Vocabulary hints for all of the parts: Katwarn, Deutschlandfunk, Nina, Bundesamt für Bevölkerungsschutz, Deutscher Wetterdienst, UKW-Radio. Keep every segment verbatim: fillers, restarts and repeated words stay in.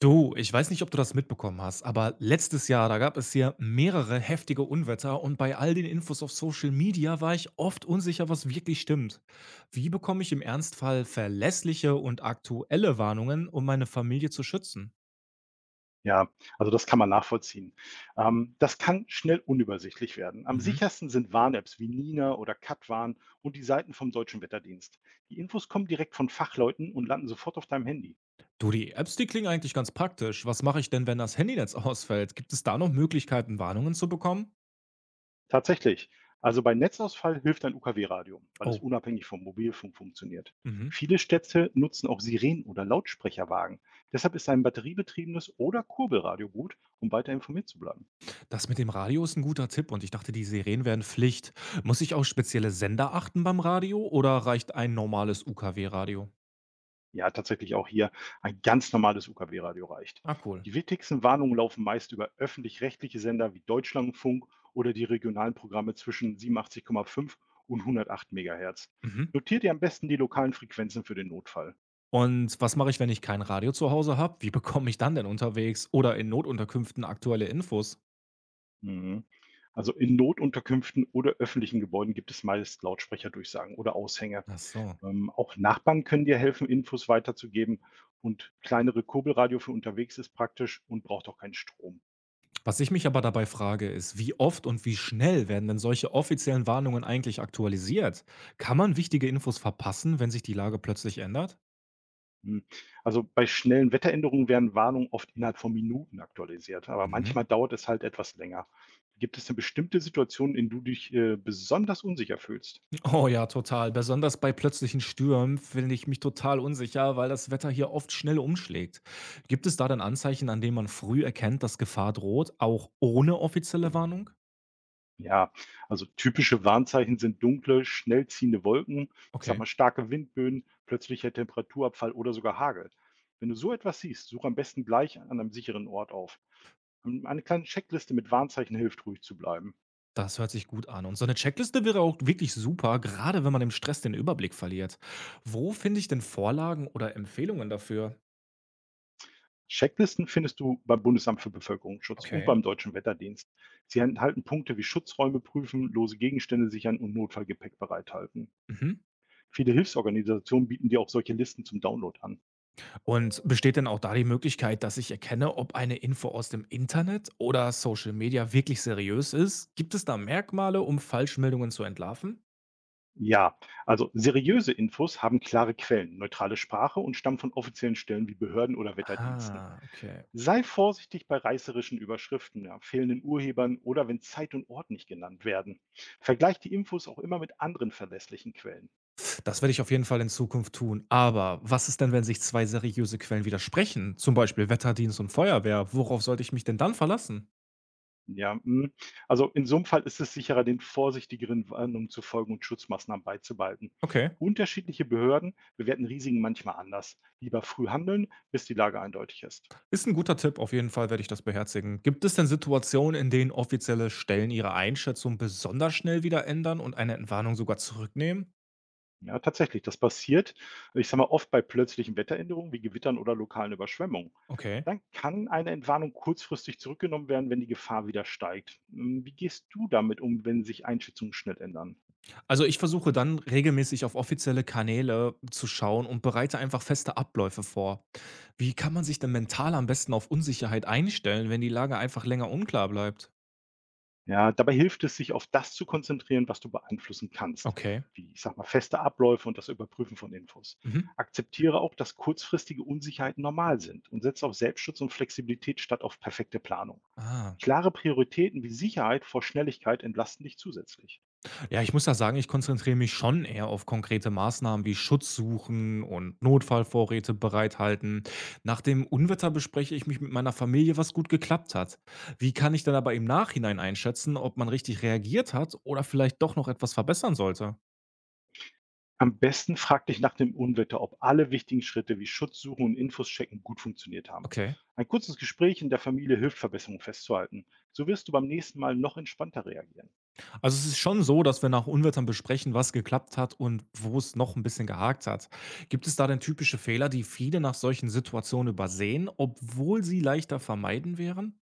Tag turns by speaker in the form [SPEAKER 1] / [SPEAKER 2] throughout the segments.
[SPEAKER 1] Du, ich weiß nicht, ob du das mitbekommen hast, aber letztes Jahr, da gab es hier mehrere heftige Unwetter und bei all den Infos auf Social Media war ich oft unsicher, was wirklich stimmt. Wie bekomme ich im Ernstfall verlässliche und aktuelle Warnungen, um meine Familie zu schützen?
[SPEAKER 2] Ja, also das kann man nachvollziehen. Ähm, das kann schnell unübersichtlich werden. Am
[SPEAKER 1] Mhm.
[SPEAKER 2] sichersten sind Warn-Apps wie Nina oder Katwarn und die Seiten vom Deutschen Wetterdienst. Die Infos kommen direkt von Fachleuten und landen sofort auf deinem Handy.
[SPEAKER 1] Du, die Apps, die klingen eigentlich ganz praktisch. Was mache ich denn, wenn das Handynetz ausfällt? Gibt es da noch Möglichkeiten, Warnungen zu bekommen?
[SPEAKER 2] Tatsächlich. Also bei Netzausfall hilft ein U K W-Radio, weil es
[SPEAKER 1] Oh.
[SPEAKER 2] unabhängig vom Mobilfunk funktioniert.
[SPEAKER 1] Mhm.
[SPEAKER 2] Viele Städte nutzen auch Sirenen oder Lautsprecherwagen. Deshalb ist ein batteriebetriebenes oder Kurbelradio gut, um weiter informiert zu bleiben.
[SPEAKER 1] Das mit dem Radio ist ein guter Tipp und ich dachte, die Sirenen wären Pflicht. Muss ich auf spezielle Sender achten beim Radio oder reicht ein normales U K W-Radio?
[SPEAKER 2] Ja, tatsächlich auch hier ein ganz normales U K W-Radio reicht.
[SPEAKER 1] Ah, cool.
[SPEAKER 2] Die wichtigsten Warnungen laufen meist über öffentlich-rechtliche Sender wie Deutschlandfunk oder die regionalen Programme zwischen siebenundachtzig Komma fünf und hundertacht Megahertz.
[SPEAKER 1] Mhm.
[SPEAKER 2] Notiert ihr am besten die lokalen Frequenzen für den Notfall.
[SPEAKER 1] Und was mache ich, wenn ich kein Radio zu Hause habe? Wie bekomme ich dann denn unterwegs oder in Notunterkünften aktuelle Infos?
[SPEAKER 2] Mhm. Also in Notunterkünften oder öffentlichen Gebäuden gibt es meist Lautsprecherdurchsagen oder Aushänge.
[SPEAKER 1] Ach so.
[SPEAKER 2] Ähm, auch Nachbarn können dir helfen, Infos weiterzugeben. Und kleinere Kurbelradio für unterwegs ist praktisch und braucht auch keinen Strom.
[SPEAKER 1] Was ich mich aber dabei frage, ist, wie oft und wie schnell werden denn solche offiziellen Warnungen eigentlich aktualisiert? Kann man wichtige Infos verpassen, wenn sich die Lage plötzlich ändert?
[SPEAKER 2] Hm, also bei schnellen Wetteränderungen werden Warnungen oft innerhalb von Minuten aktualisiert, aber
[SPEAKER 1] Mhm.
[SPEAKER 2] manchmal dauert es halt etwas länger. Gibt es denn bestimmte Situationen, in denen du dich, äh, besonders unsicher fühlst?
[SPEAKER 1] Oh ja, total. Besonders bei plötzlichen Stürmen finde ich mich total unsicher, weil das Wetter hier oft schnell umschlägt. Gibt es da denn Anzeichen, an denen man früh erkennt, dass Gefahr droht, auch ohne offizielle Warnung?
[SPEAKER 2] Ja, also typische Warnzeichen sind dunkle, schnell ziehende Wolken, ich sage
[SPEAKER 1] Okay.
[SPEAKER 2] mal starke Windböen, plötzlicher Temperaturabfall oder sogar Hagel. Wenn du so etwas siehst, such am besten gleich an einem sicheren Ort auf. Hm, eine kleine Checkliste mit Warnzeichen hilft, ruhig zu bleiben.
[SPEAKER 1] Das hört sich gut an. Und so eine Checkliste wäre auch wirklich super, gerade wenn man im Stress den Überblick verliert. Wo finde ich denn Vorlagen oder Empfehlungen dafür?
[SPEAKER 2] Checklisten findest du beim Bundesamt für Bevölkerungsschutz und
[SPEAKER 1] Okay.
[SPEAKER 2] beim Deutschen Wetterdienst. Sie enthalten Punkte wie Schutzräume prüfen, lose Gegenstände sichern und Notfallgepäck bereithalten.
[SPEAKER 1] Mhm.
[SPEAKER 2] Viele Hilfsorganisationen bieten dir auch solche Listen zum Download an.
[SPEAKER 1] Und besteht denn auch da die Möglichkeit, dass ich erkenne, ob eine Info aus dem Internet oder Social Media wirklich seriös ist? Gibt es da Merkmale, um Falschmeldungen zu entlarven?
[SPEAKER 2] Ja, also seriöse Infos haben klare Quellen, neutrale Sprache und stammen von offiziellen Stellen wie Behörden oder Wetterdiensten.
[SPEAKER 1] Ah, okay.
[SPEAKER 2] Sei vorsichtig bei reißerischen Überschriften, ja, fehlenden Urhebern oder wenn Zeit und Ort nicht genannt werden. Vergleich die Infos auch immer mit anderen verlässlichen Quellen.
[SPEAKER 1] Das werde ich auf jeden Fall in Zukunft tun. Aber was ist denn, wenn sich zwei seriöse Quellen widersprechen? Zum Beispiel Wetterdienst und Feuerwehr. Worauf sollte ich mich denn dann verlassen?
[SPEAKER 2] Ja, hm. Also in so einem Fall ist es sicherer, den vorsichtigeren Warnungen zu folgen und Schutzmaßnahmen beizubehalten.
[SPEAKER 1] Okay.
[SPEAKER 2] Unterschiedliche Behörden bewerten Risiken manchmal anders. Lieber früh handeln, bis die Lage eindeutig ist.
[SPEAKER 1] Ist ein guter Tipp. Auf jeden Fall werde ich das beherzigen. Gibt es denn Situationen, in denen offizielle Stellen ihre Einschätzung besonders schnell wieder ändern und eine Entwarnung sogar zurücknehmen?
[SPEAKER 2] Ja, tatsächlich, das passiert, ich sage mal, oft bei plötzlichen Wetteränderungen wie Gewittern oder lokalen Überschwemmungen.
[SPEAKER 1] Okay.
[SPEAKER 2] Dann kann eine Entwarnung kurzfristig zurückgenommen werden, wenn die Gefahr wieder steigt. Hm, wie gehst du damit um, wenn sich Einschätzungen schnell ändern?
[SPEAKER 1] Also, ich versuche dann regelmäßig auf offizielle Kanäle zu schauen und bereite einfach feste Abläufe vor. Wie kann man sich denn mental am besten auf Unsicherheit einstellen, wenn die Lage einfach länger unklar bleibt?
[SPEAKER 2] Ja, dabei hilft es, sich auf das zu konzentrieren, was du beeinflussen kannst,
[SPEAKER 1] Okay.
[SPEAKER 2] wie ich sag mal feste Abläufe und das Überprüfen von Infos.
[SPEAKER 1] Mhm.
[SPEAKER 2] Akzeptiere auch, dass kurzfristige Unsicherheiten normal sind und setze auf Selbstschutz und Flexibilität statt auf perfekte Planung.
[SPEAKER 1] Ah.
[SPEAKER 2] Klare Prioritäten wie Sicherheit vor Schnelligkeit entlasten dich zusätzlich.
[SPEAKER 1] Ja, ich muss ja sagen, ich konzentriere mich schon eher auf konkrete Maßnahmen wie Schutz suchen und Notfallvorräte bereithalten. Nach dem Unwetter bespreche ich mich mit meiner Familie, was gut geklappt hat. Wie kann ich dann aber im Nachhinein einschätzen, ob man richtig reagiert hat oder vielleicht doch noch etwas verbessern sollte?
[SPEAKER 2] Am besten frag dich nach dem Unwetter, ob alle wichtigen Schritte wie Schutz suchen und Infos checken gut funktioniert haben.
[SPEAKER 1] Okay.
[SPEAKER 2] Ein kurzes Gespräch in der Familie hilft, Verbesserungen festzuhalten. So wirst du beim nächsten Mal noch entspannter reagieren.
[SPEAKER 1] Also es ist schon so, dass wir nach Unwettern besprechen, was geklappt hat und wo es noch ein bisschen gehakt hat. Gibt es da denn typische Fehler, die viele nach solchen Situationen übersehen, obwohl sie leichter vermeiden wären?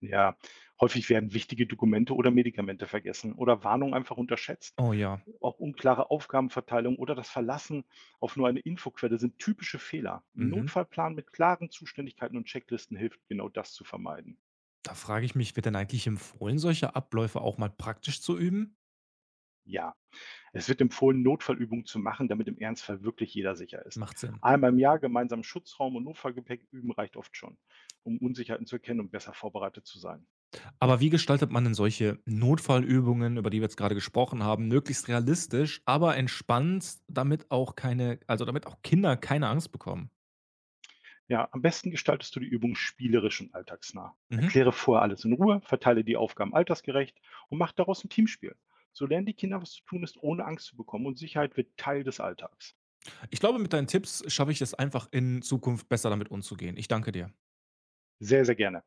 [SPEAKER 2] Ja, häufig werden wichtige Dokumente oder Medikamente vergessen oder Warnungen einfach unterschätzt.
[SPEAKER 1] Oh ja.
[SPEAKER 2] Auch unklare Aufgabenverteilung oder das Verlassen auf nur eine Infoquelle sind typische Fehler. Ein
[SPEAKER 1] Mhm.
[SPEAKER 2] Notfallplan mit klaren Zuständigkeiten und Checklisten hilft genau das zu vermeiden.
[SPEAKER 1] Da frage ich mich, wird denn eigentlich empfohlen, solche Abläufe auch mal praktisch zu üben?
[SPEAKER 2] Ja, es wird empfohlen, Notfallübungen zu machen, damit im Ernstfall wirklich jeder sicher ist.
[SPEAKER 1] Macht Sinn.
[SPEAKER 2] Einmal im Jahr gemeinsam Schutzraum und Notfallgepäck üben reicht oft schon, um Unsicherheiten zu erkennen und besser vorbereitet zu sein.
[SPEAKER 1] Aber wie gestaltet man denn solche Notfallübungen, über die wir jetzt gerade gesprochen haben, möglichst realistisch, aber entspannt, damit auch keine, also damit auch Kinder keine Angst bekommen?
[SPEAKER 2] Ja, am besten gestaltest du die Übung spielerisch und alltagsnah.
[SPEAKER 1] Mhm.
[SPEAKER 2] Erkläre vorher alles in Ruhe, verteile die Aufgaben altersgerecht und mach daraus ein Teamspiel. So lernen die Kinder, was zu tun ist, ohne Angst zu bekommen und Sicherheit wird Teil des Alltags.
[SPEAKER 1] Ich glaube, mit deinen Tipps schaffe ich es einfach in Zukunft besser damit umzugehen. Ich danke dir.
[SPEAKER 2] Sehr, sehr gerne.